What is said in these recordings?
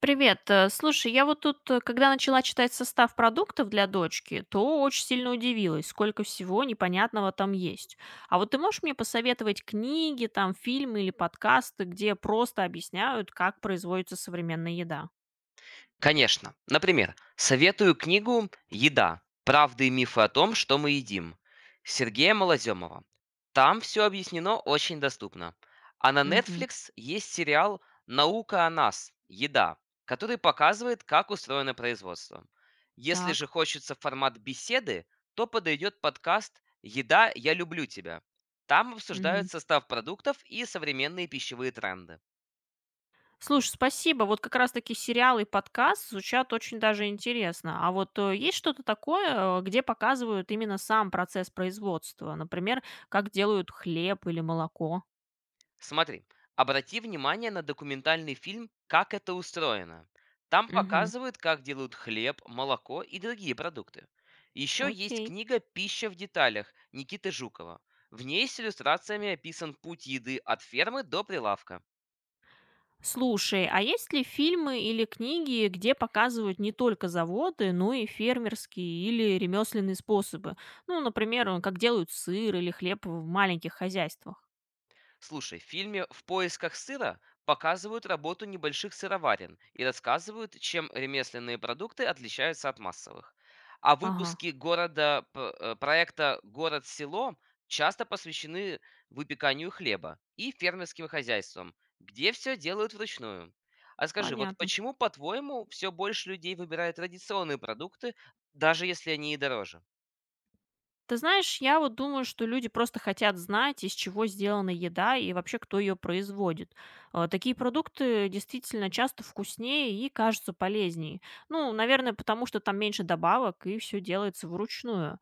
Привет. Слушай, я вот тут, когда начала читать состав продуктов для дочки, то очень сильно удивилась, сколько всего непонятного там есть. А вот ты можешь мне посоветовать книги, там, фильмы или подкасты, где просто объясняют, как производится современная еда? Конечно. Например, советую книгу «Еда. Правды и мифы о том, что мы едим» Сергея Малоземова. Там все объяснено очень доступно. А на Мгм. Netflix есть сериал «Наука о нас. Еда», который показывает, как устроено производство. Если же Так. хочется формат беседы, то подойдет подкаст «Еда, я люблю тебя». Там обсуждают Мгм. состав продуктов и современные пищевые тренды. Слушай, спасибо. Вот как раз-таки сериалы и подкаст звучат очень даже интересно. А вот есть что-то такое, где показывают именно сам процесс производства? Например, как делают хлеб или молоко? Смотри, обрати внимание на документальный фильм «Как это устроено». Там Мгм. показывают, как делают хлеб, молоко и другие продукты. Еще есть Окей. книга «Пища в деталях» Никиты Жукова. В ней с иллюстрациями описан путь еды от фермы до прилавка. Слушай, а есть ли фильмы или книги, где показывают не только заводы, но и фермерские или ремесленные способы? Ну, например, как делают сыр или хлеб в маленьких хозяйствах. Слушай, в фильме «В поисках сыра» показывают работу небольших сыроварен и рассказывают, чем ремесленные продукты отличаются от массовых. А Ага, выпуски проекта «Город-село» часто посвящены выпеканию хлеба и фермерским хозяйствам, где все делают вручную. А скажи, вот понятно. почему, по-твоему, все больше людей выбирают традиционные продукты, даже если они и дороже? Ты знаешь, я вот думаю, что люди просто хотят знать, из чего сделана еда и вообще кто ее производит. А, такие продукты действительно часто вкуснее и кажутся полезнее. Ну, наверное, потому что там меньше добавок и все делается вручную.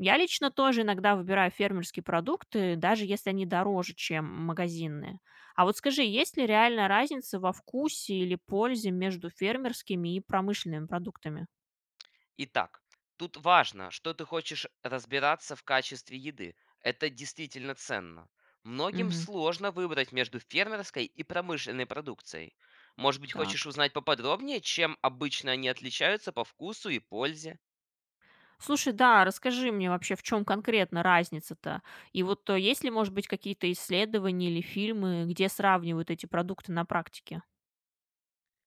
Я лично тоже иногда выбираю фермерские продукты, даже если они дороже, чем магазинные. А вот скажи, есть ли реальная разница во вкусе или пользе между фермерскими и промышленными продуктами? Итак, тут важно, что ты хочешь разбираться в качестве еды. Это действительно ценно. Многим Угу, сложно выбрать между фермерской и промышленной продукцией. Может быть, так. хочешь узнать поподробнее, чем обычно они отличаются по вкусу и пользе? Слушай, да, расскажи мне вообще, в чем конкретно разница-то? И вот есть ли, может быть, какие-то исследования или фильмы, где сравнивают эти продукты на практике?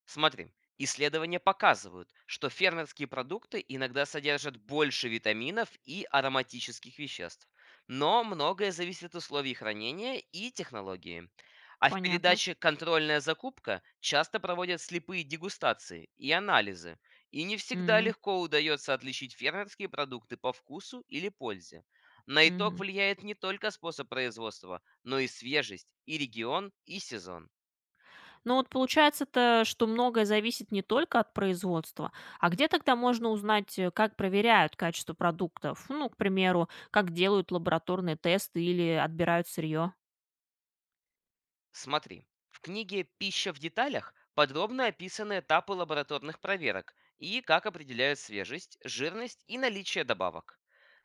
Смотри, исследования показывают, что фермерские продукты иногда содержат больше витаминов и ароматических веществ, но многое зависит от условий хранения и технологии. А в Понятно. передаче «Контрольная закупка» часто проводят слепые дегустации и анализы, и не всегда М, легко удается отличить фермерские продукты по вкусу или пользе. На итог мгм. влияет не только способ производства, но и свежесть, и регион, и сезон. Ну вот получается-то, что многое зависит не только от производства, а где тогда можно узнать, как проверяют качество продуктов? Ну, к примеру, как делают лабораторные тесты или отбирают сырье. Смотри, в книге «Пища в деталях» подробно описаны этапы лабораторных проверок и как определяют свежесть, жирность и наличие добавок.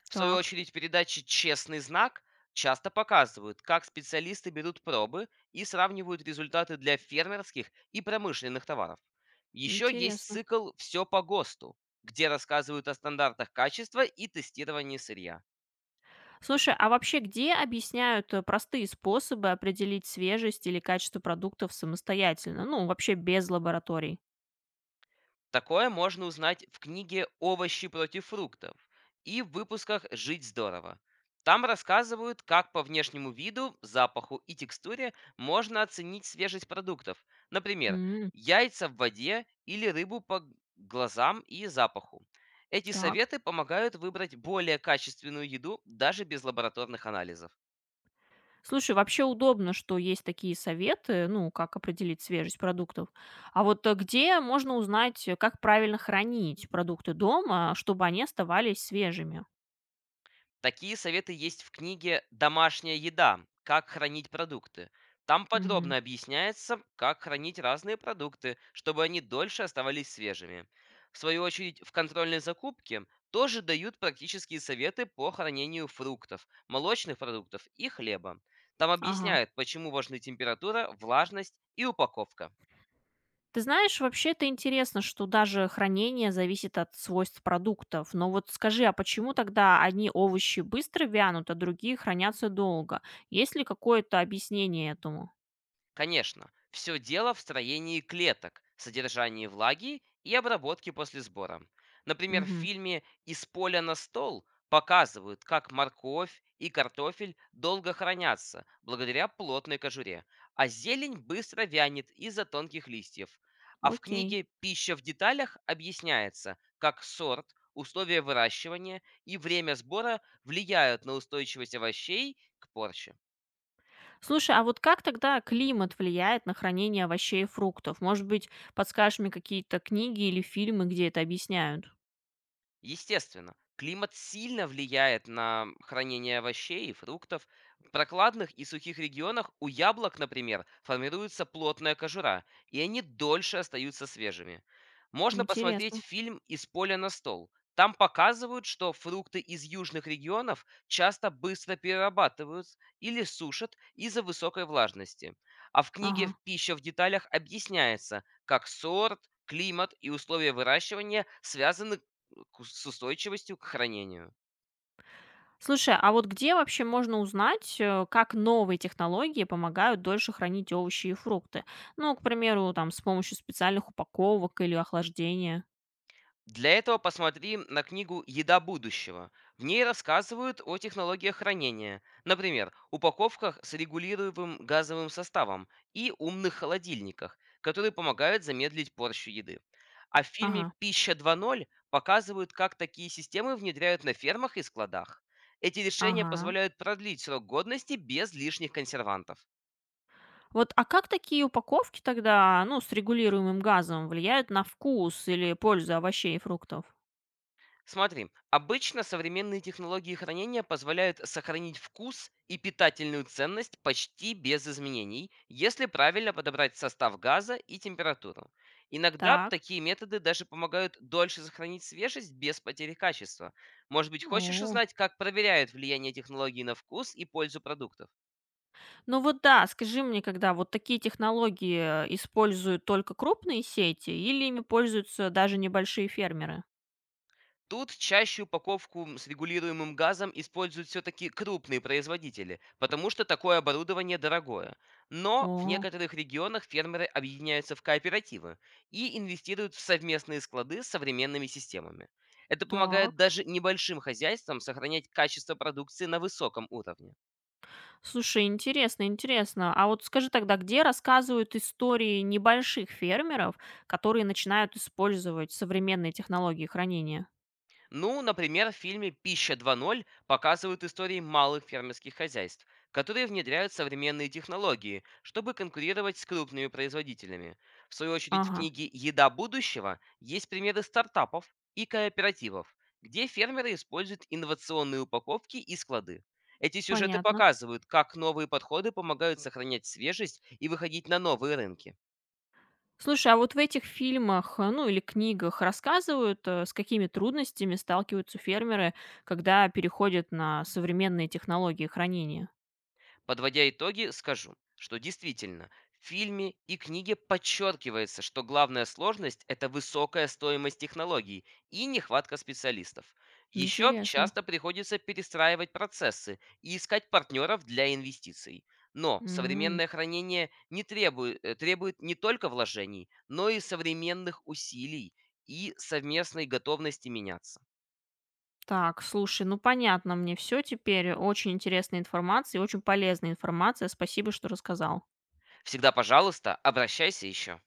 В свою Так, очередь, передачи «Честный знак» часто показывают, как специалисты берут пробы и сравнивают результаты для фермерских и промышленных товаров. Еще есть интересно. цикл «Все по ГОСТу», где рассказывают о стандартах качества и тестировании сырья. Слушай, а вообще где объясняют простые способы определить свежесть или качество продуктов самостоятельно? Ну, вообще без лабораторий. Такое можно узнать в книге «Овощи против фруктов» и в выпусках «Жить здорово». Там рассказывают, как по внешнему виду, запаху и текстуре можно оценить свежесть продуктов. Например, М, яйца в воде или рыбу по глазам и запаху. Эти так. советы помогают выбрать более качественную еду даже без лабораторных анализов. Слушай, вообще удобно, что есть такие советы, ну, как определить свежесть продуктов. А вот где можно узнать, как правильно хранить продукты дома, чтобы они оставались свежими? Такие советы есть в книге «Домашняя еда. Как хранить продукты». Там Мгм. подробно объясняется, как хранить разные продукты, чтобы они дольше оставались свежими. В свою очередь, в контрольной закупке тоже дают практические советы по хранению фруктов, молочных продуктов и хлеба. Там Ага. объясняют, почему важны температура, влажность и упаковка. Ты знаешь, вообще это интересно, что даже хранение зависит от свойств продуктов. Но вот скажи, а почему тогда одни овощи быстро вянут, а другие хранятся долго? Есть ли какое-то объяснение этому? Конечно, все дело в строении клеток, содержании влаги и обработке после сбора. Например, в Мгм. фильме «Из поля на стол» показывают, как морковь и картофель долго хранятся благодаря плотной кожуре, а зелень быстро вянет из-за тонких листьев. А в Окей. книге «Пища в деталях» объясняется, как сорт, условия выращивания и время сбора влияют на устойчивость овощей к порче. Слушай, а вот как тогда климат влияет на хранение овощей и фруктов? Может быть, подскажешь мне какие-то книги или фильмы, где это объясняют? Естественно, климат сильно влияет на хранение овощей и фруктов. В прокладных и сухих регионах у яблок, например, формируется плотная кожура, и они дольше остаются свежими. Можно посмотреть Интересно. фильм «Из поля на стол». Там показывают, что фрукты из южных регионов часто быстро перерабатывают или сушат из-за высокой влажности. А в книге Ага. «Пища в деталях» объясняется, как сорт, климат и условия выращивания связаны к с устойчивостью к хранению. Слушай, а вот где вообще можно узнать, как новые технологии помогают дольше хранить овощи и фрукты? Ну, к примеру, там с помощью специальных упаковок или охлаждения. Для этого посмотри на книгу «Еда будущего». В ней рассказывают о технологиях хранения, например, упаковках с регулируемым газовым составом и умных холодильниках, которые помогают замедлить порчу еды. А в фильме Ага, «Пища 2.0» показывают, как такие системы внедряют на фермах и складах. Эти решения ага. позволяют продлить срок годности без лишних консервантов. Вот, а как такие упаковки тогда, ну, с регулируемым газом влияют на вкус или пользу овощей и фруктов? Смотри, обычно современные технологии хранения позволяют сохранить вкус и питательную ценность почти без изменений, если правильно подобрать состав газа и температуру. Иногда Так. такие методы даже помогают дольше сохранить свежесть без потери качества. Может быть, хочешь О. узнать, как проверяют влияние технологий на вкус и пользу продуктов? Ну вот да, скажи мне, когда вот такие технологии используют только крупные сети или ими пользуются даже небольшие фермеры? Тут чаще упаковку с регулируемым газом используют все-таки крупные производители, потому что такое оборудование дорогое. Но в О, некоторых регионах фермеры объединяются в кооперативы и инвестируют в совместные склады с современными системами. Это помогает так. даже небольшим хозяйствам сохранять качество продукции на высоком уровне. Слушай, интересно, интересно. А вот скажи тогда, где рассказывают истории небольших фермеров, которые начинают использовать современные технологии хранения? Ну, например, в фильме «Пища 2.0» показывают истории малых фермерских хозяйств, которые внедряют современные технологии, чтобы конкурировать с крупными производителями. В свою очередь, в Ага, книге «Еда будущего» есть примеры стартапов и кооперативов, где фермеры используют инновационные упаковки и склады. Эти сюжеты понятно. показывают, как новые подходы помогают сохранять свежесть и выходить на новые рынки. Слушай, а вот в этих фильмах, ну или книгах рассказывают, с какими трудностями сталкиваются фермеры, когда переходят на современные технологии хранения? Подводя итоги, скажу, что действительно в фильме и книге подчеркивается, что главная сложность– это высокая стоимость технологий и нехватка специалистов. Еще Интересно. часто приходится перестраивать процессы и искать партнеров для инвестиций. Но М, современное хранение не требует, э, требует не только вложений, но и современных усилий и совместной готовности меняться. так, слушай, ну понятно мне все теперь. Очень интересная информация и очень полезная информация. Спасибо, что рассказал. Всегда, пожалуйста, обращайся еще.